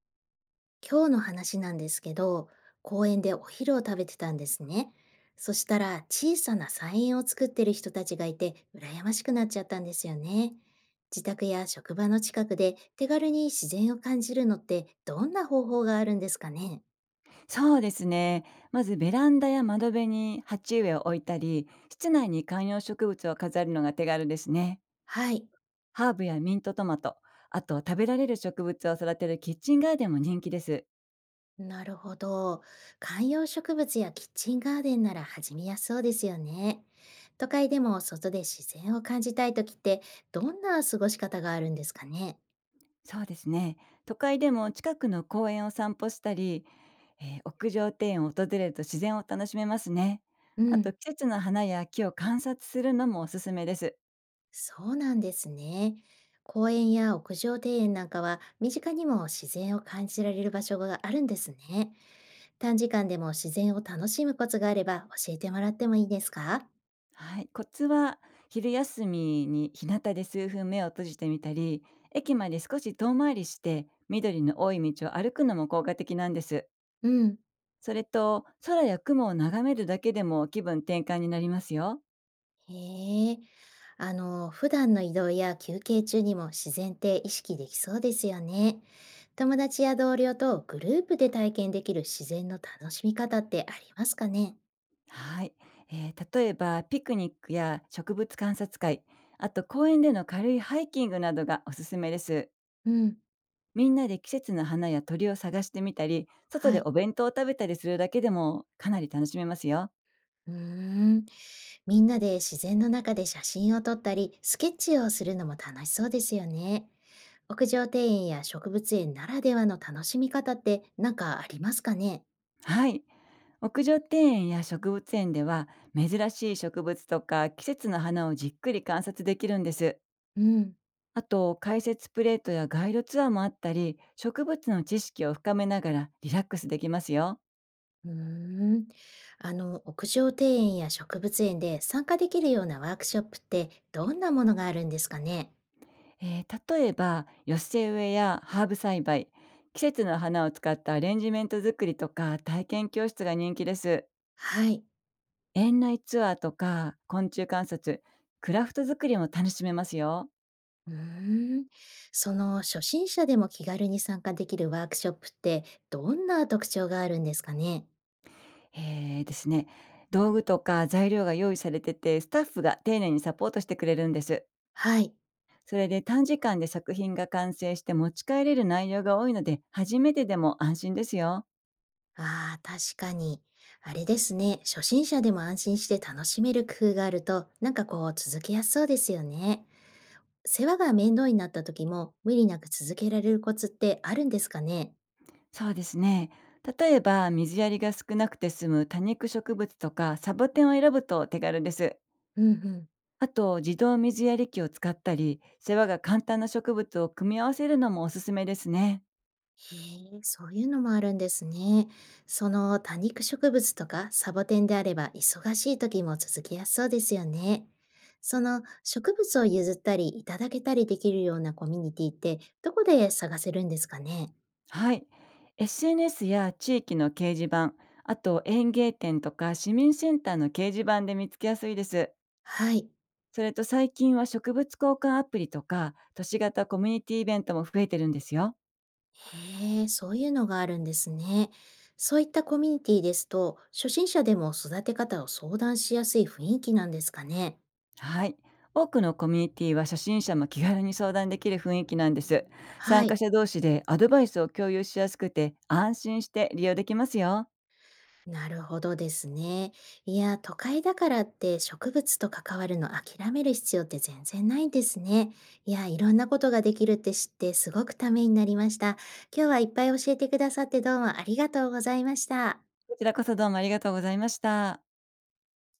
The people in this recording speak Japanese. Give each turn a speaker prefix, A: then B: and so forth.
A: 今日の話なんですけど、公園でお昼を食べてたんですね。そしたら小さな菜園を作ってる人たちがいて羨ましくなっちゃったんですよね。自宅や職場の近くで手軽に自然を感じるのってどんな方法があるんですかね？
B: そうですね。まずベランダや窓辺に鉢植えを置いたり、室内に観葉植物を飾るのが手軽ですね。
A: はい、
B: ハーブやミントトマト、あと食べられる植物を育てるキッチンガーデンも人気です。
A: なるほど。観葉植物やキッチンガーデンなら始めやすそうですよね。都会でも外で自然を感じたい時ってどんな過ごし方があるんですかね？
B: そうですね。都会でも近くの公園を散歩したり、屋上庭園を訪れると自然を楽しめますね。
A: う
B: あと
A: ん。
B: 季節の花や木を観察するのもおすすめです。
A: そうなんですね。公園や屋上庭園なんかは身近にも自然を感じられる場所があるんですね。短時間でも自然を楽しむコツがあれば教えてもらってもいいですか？
B: はい、コツは昼休みに日向で数分目を閉じてみたり、駅まで少し遠回りして緑の多い道を歩くのも効果的なんです。
A: うん。
B: それと空や雲を眺めるだけでも気分転換になりますよ。
A: へえ。あの、普段の移動や休憩中にも自然って意識できそうですよね。友達や同僚とグループで体験できる自然の楽しみ方ってありますかね？
B: はい、例えばピクニックや植物観察会、あと公園での軽いハイキングなどがおすすめです。
A: うん。
B: みんなで季節の花や鳥を探してみたり、外
A: は
B: で
A: い。
B: お弁当を食べたりするだけでもかなり楽しめますよ。
A: うーん。みんなで自然の中で写真を撮ったり、スケッチをするのも楽しそうですよね。屋上庭園や植物園ならではの楽しみ方って何かありますかね？
B: はい。屋上庭園や植物園では珍しい植物とか季節の花をじっくり観察できるんです。
A: うん。
B: あと解説プレートやガイドツアーもあったり、植物の知識を深めながらリラックスできますよ。
A: うーん。あの、屋上庭園や植物園で参加できるようなワークショップってどんなものがあるんですかね？
B: 例えば寄せ植えやハーブ栽培、季節の花を使ったアレンジメント作りとか体験教室が人気です。
A: はい。
B: 園内ツアーとか昆虫観察、クラフト作りも楽しめますよ。
A: うーん。その初心者でも気軽に参加できるワークショップってどんな特徴があるんですかね？
B: ええ、ですね。道具とか材料が用意されてて、スタッフが丁寧にサポートしてくれるんです。
A: はい。
B: それで短時間で作品が完成して持ち帰れる内容が多いので、初めてでも安心ですよ。
A: ああ、確かに。あれですね。初心者でも安心して楽しめる工夫があると、なんかこう続けやすそうですよね。世話が面倒になった時も無理なく続けられるコツってあるんですかね？
B: そうですね。例えば、水やりが少なくて済む多肉植物とかサボテンを選ぶと手軽です。
A: うんうん。
B: あと、自動水やり機を使ったり、世話が簡単な植物を組み合わせるのもおすすめですね。
A: へえ、そういうのもあるんですね。その多肉植物とかサボテンであれば忙しい時も続きやすそうですよね。その植物を譲ったりいただけたりできるようなコミュニティってどこで探せるんですかね？
B: はい。SNS や地域の掲示板、あと園芸店とか市民センターの掲示板で見つけやすいです。
A: はい。
B: それと最近は植物交換アプリとか都市型コミュニティイベントも増えてるんですよ。
A: へえ、そういうのがあるんですね。そういったコミュニティですと、初心者でも育て方を相談しやすい雰囲気なんですかね。
B: はい。多くのコミュニティは初心者も気軽に相談できる雰囲気なんです。参
A: は
B: 加
A: い。
B: 者同士でアドバイスを共有しやすくて安心して利用できますよ。
A: なるほどですね。いや、都会だからって植物と関わるの諦める必要って全然ないんですね。いや、いろんなことができるって知ってすごくためになりました。今日はいっぱい教えてくださってどうもありがとうございました。
B: こちらこそどうもありがとうございました。